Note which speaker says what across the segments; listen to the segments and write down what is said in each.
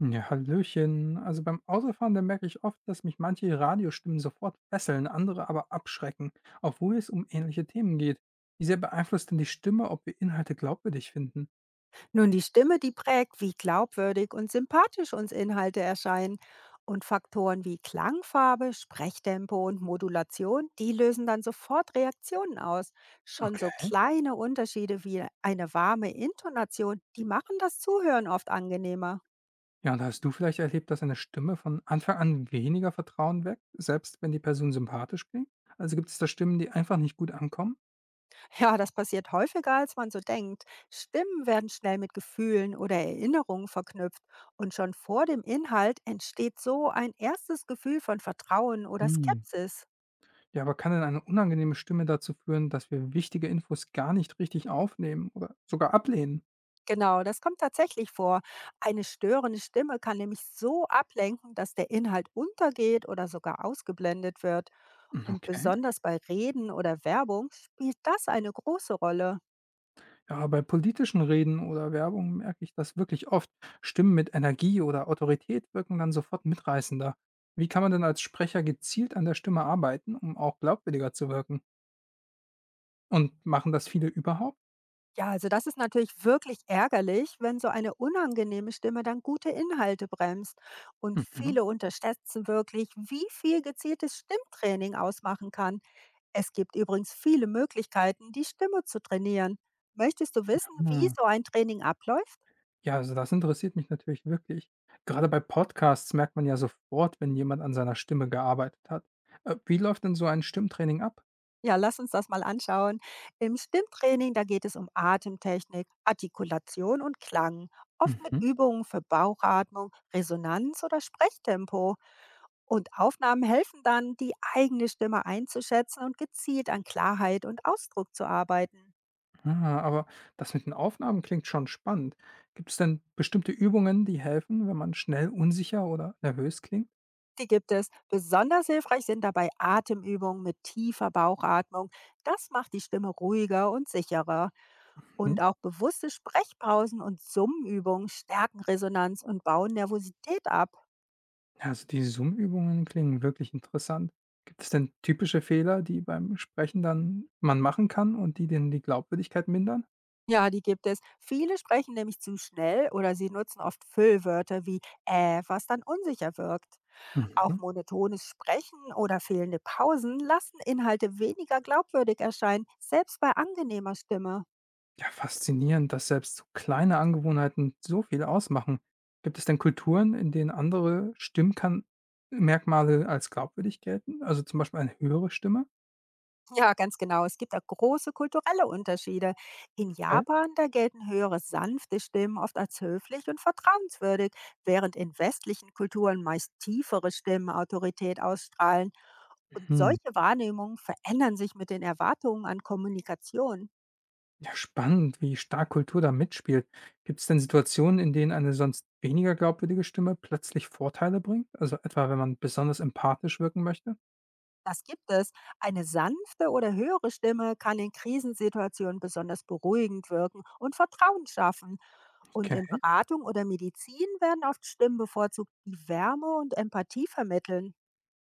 Speaker 1: Ja, Hallöchen. Also beim Autofahren, da merke ich oft, dass mich manche Radiostimmen sofort fesseln, andere aber abschrecken, obwohl es um ähnliche Themen geht. Wie sehr beeinflusst denn die Stimme, ob wir Inhalte glaubwürdig finden?
Speaker 2: Nun, die Stimme, die prägt, wie glaubwürdig und sympathisch uns Inhalte erscheinen. Und Faktoren wie Klangfarbe, Sprechtempo und Modulation, die lösen dann sofort Reaktionen aus. Schon so
Speaker 1: Okay.
Speaker 2: kleine Unterschiede wie eine warme Intonation, die machen das Zuhören oft angenehmer.
Speaker 1: Ja, und hast du vielleicht erlebt, dass eine Stimme von Anfang an weniger Vertrauen weckt, selbst wenn die Person sympathisch klingt? Also gibt es da Stimmen, die einfach nicht gut ankommen?
Speaker 2: Ja, das passiert häufiger, als man so denkt. Stimmen werden schnell mit Gefühlen oder Erinnerungen verknüpft. Und schon vor dem Inhalt entsteht so ein erstes Gefühl von Vertrauen oder
Speaker 1: Hm.
Speaker 2: Skepsis.
Speaker 1: Ja, aber kann denn eine unangenehme Stimme dazu führen, dass wir wichtige Infos gar nicht richtig aufnehmen oder sogar ablehnen?
Speaker 2: Genau, das kommt tatsächlich vor. Eine störende Stimme kann nämlich so ablenken, dass der Inhalt untergeht oder sogar ausgeblendet wird. Und
Speaker 1: Okay.
Speaker 2: besonders bei Reden oder Werbung spielt das eine große Rolle.
Speaker 1: Ja, bei politischen Reden oder Werbung merke ich das wirklich oft. Stimmen mit Energie oder Autorität wirken dann sofort mitreißender. Wie kann man denn als Sprecher gezielt an der Stimme arbeiten, um auch glaubwürdiger zu wirken? Und machen das viele überhaupt?
Speaker 2: Ja, also das ist natürlich wirklich ärgerlich, wenn so eine unangenehme Stimme dann gute Inhalte bremst. Und
Speaker 1: Mhm.
Speaker 2: viele unterschätzen wirklich, wie viel gezieltes Stimmtraining ausmachen kann. Es gibt übrigens viele Möglichkeiten, die Stimme zu trainieren. Möchtest du wissen, wie
Speaker 1: Hm.
Speaker 2: so ein Training abläuft?
Speaker 1: Ja, also das interessiert mich natürlich wirklich. Gerade bei Podcasts merkt man ja sofort, wenn jemand an seiner Stimme gearbeitet hat. Wie läuft denn so ein Stimmtraining ab?
Speaker 2: Ja, lass uns das mal anschauen. Im Stimmtraining, da geht es um Atemtechnik, Artikulation und Klang, oft mit
Speaker 1: Mhm.
Speaker 2: Übungen für Bauchatmung, Resonanz oder Sprechtempo. Und Aufnahmen helfen dann, die eigene Stimme einzuschätzen und gezielt an Klarheit und Ausdruck zu arbeiten.
Speaker 1: Ah, aber das mit den Aufnahmen klingt schon spannend. Gibt es denn bestimmte Übungen, die helfen, wenn man schnell unsicher oder nervös klingt?
Speaker 2: Die gibt es. Besonders hilfreich sind dabei Atemübungen mit tiefer Bauchatmung. Das macht die Stimme ruhiger und sicherer.
Speaker 1: Mhm.
Speaker 2: Und auch bewusste Sprechpausen und Summenübungen stärken Resonanz und bauen Nervosität ab.
Speaker 1: Also die Zoom-Übungen klingen wirklich interessant. Gibt es denn typische Fehler, die beim Sprechen dann man machen kann und die denn die Glaubwürdigkeit mindern?
Speaker 2: Ja, die gibt es. Viele sprechen nämlich zu schnell oder sie nutzen oft Füllwörter wie was dann unsicher wirkt. Auch
Speaker 1: Mhm.
Speaker 2: monotones Sprechen oder fehlende Pausen lassen Inhalte weniger glaubwürdig erscheinen, selbst bei angenehmer Stimme.
Speaker 1: Ja, faszinierend, dass selbst so kleine Angewohnheiten so viel ausmachen. Gibt es denn Kulturen, in denen andere Stimmmerkmale als glaubwürdig gelten? Also zum Beispiel eine höhere Stimme?
Speaker 2: Ja, ganz genau. Es gibt da große kulturelle Unterschiede. In
Speaker 1: Okay.
Speaker 2: Japan, da gelten höhere sanfte Stimmen oft als höflich und vertrauenswürdig, während in westlichen Kulturen meist tiefere Stimmen Autorität ausstrahlen. Und
Speaker 1: Hm.
Speaker 2: solche Wahrnehmungen verändern sich mit den Erwartungen an Kommunikation.
Speaker 1: Ja, spannend, wie stark Kultur da mitspielt. Gibt es denn Situationen, in denen eine sonst weniger glaubwürdige Stimme plötzlich Vorteile bringt? Also etwa, wenn man besonders empathisch wirken möchte?
Speaker 2: Das gibt es. Eine sanfte oder höhere Stimme kann in Krisensituationen besonders beruhigend wirken und Vertrauen schaffen. Und in
Speaker 1: Okay.
Speaker 2: Beratung oder Medizin werden oft Stimmen bevorzugt, die Wärme und Empathie vermitteln.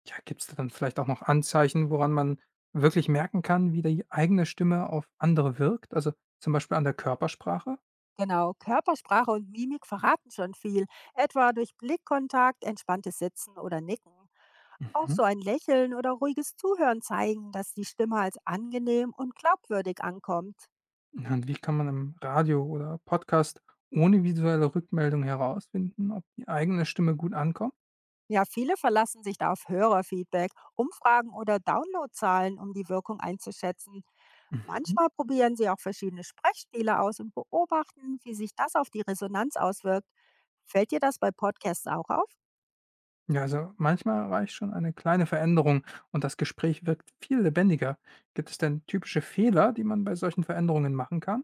Speaker 1: Ja, gibt es da dann vielleicht auch noch Anzeichen, woran man wirklich merken kann, wie die eigene Stimme auf andere wirkt? Also zum Beispiel an der Körpersprache?
Speaker 2: Genau, Körpersprache und Mimik verraten schon viel, etwa durch Blickkontakt, entspanntes Sitzen oder Nicken. Auch
Speaker 1: Mhm.
Speaker 2: so ein Lächeln oder ruhiges Zuhören zeigen, dass die Stimme als angenehm und glaubwürdig ankommt.
Speaker 1: Ja, und wie kann man im Radio oder Podcast ohne visuelle Rückmeldung herausfinden, ob die eigene Stimme gut ankommt?
Speaker 2: Ja, viele verlassen sich da auf Hörerfeedback, Umfragen oder Downloadzahlen, um die Wirkung einzuschätzen.
Speaker 1: Mhm.
Speaker 2: Manchmal probieren sie auch verschiedene Sprechstile aus und beobachten, wie sich das auf die Resonanz auswirkt. Fällt dir das bei Podcasts auch auf?
Speaker 1: Ja, also manchmal reicht schon eine kleine Veränderung und das Gespräch wirkt viel lebendiger. Gibt es denn typische Fehler, die man bei solchen Veränderungen machen kann?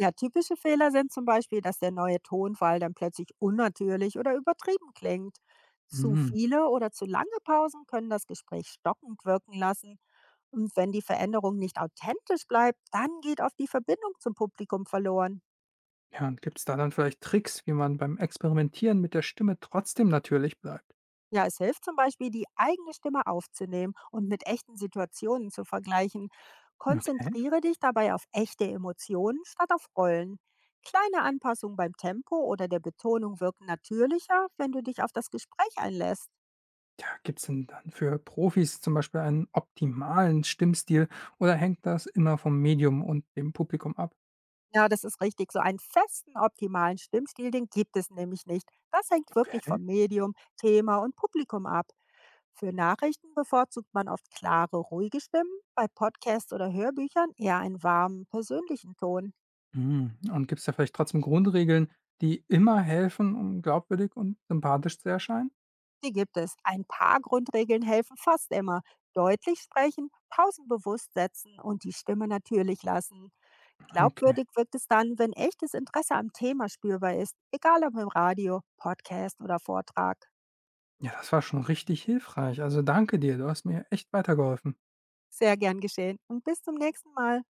Speaker 2: Ja, typische Fehler sind zum Beispiel, dass der neue Tonfall dann plötzlich unnatürlich oder übertrieben klingt. Zu
Speaker 1: Mhm.
Speaker 2: viele oder zu lange Pausen können das Gespräch stockend wirken lassen. Und wenn die Veränderung nicht authentisch bleibt, dann geht oft die Verbindung zum Publikum verloren.
Speaker 1: Ja, und gibt es da dann vielleicht Tricks, wie man beim Experimentieren mit der Stimme trotzdem natürlich bleibt?
Speaker 2: Ja, es hilft zum Beispiel, die eigene Stimme aufzunehmen und mit echten Situationen zu vergleichen.
Speaker 1: Okay.
Speaker 2: Konzentriere dich dabei auf echte Emotionen statt auf Rollen. Kleine Anpassungen beim Tempo oder der Betonung wirken natürlicher, wenn du dich auf das Gespräch einlässt.
Speaker 1: Ja, gibt es denn dann für Profis zum Beispiel einen optimalen Stimmstil oder hängt das immer vom Medium und dem Publikum ab?
Speaker 2: Ja, das ist richtig. So einen festen, optimalen Stimmstil, den gibt es nämlich nicht. Das hängt wirklich
Speaker 1: Okay.
Speaker 2: vom Medium, Thema und Publikum ab. Für Nachrichten bevorzugt man oft klare, ruhige Stimmen, bei Podcasts oder Hörbüchern eher einen warmen, persönlichen Ton.
Speaker 1: Mhm. Und gibt es da vielleicht trotzdem Grundregeln, die immer helfen, um glaubwürdig und sympathisch zu erscheinen?
Speaker 2: Die gibt es. Ein paar Grundregeln helfen fast immer. Deutlich sprechen, Pausen bewusst setzen und die Stimme natürlich lassen.
Speaker 1: Okay.
Speaker 2: Glaubwürdig wirkt es dann, wenn echtes Interesse am Thema spürbar ist, egal ob im Radio, Podcast oder Vortrag.
Speaker 1: Ja, das war schon richtig hilfreich. Also danke dir, du hast mir echt weitergeholfen.
Speaker 2: Sehr gern geschehen und bis zum nächsten Mal.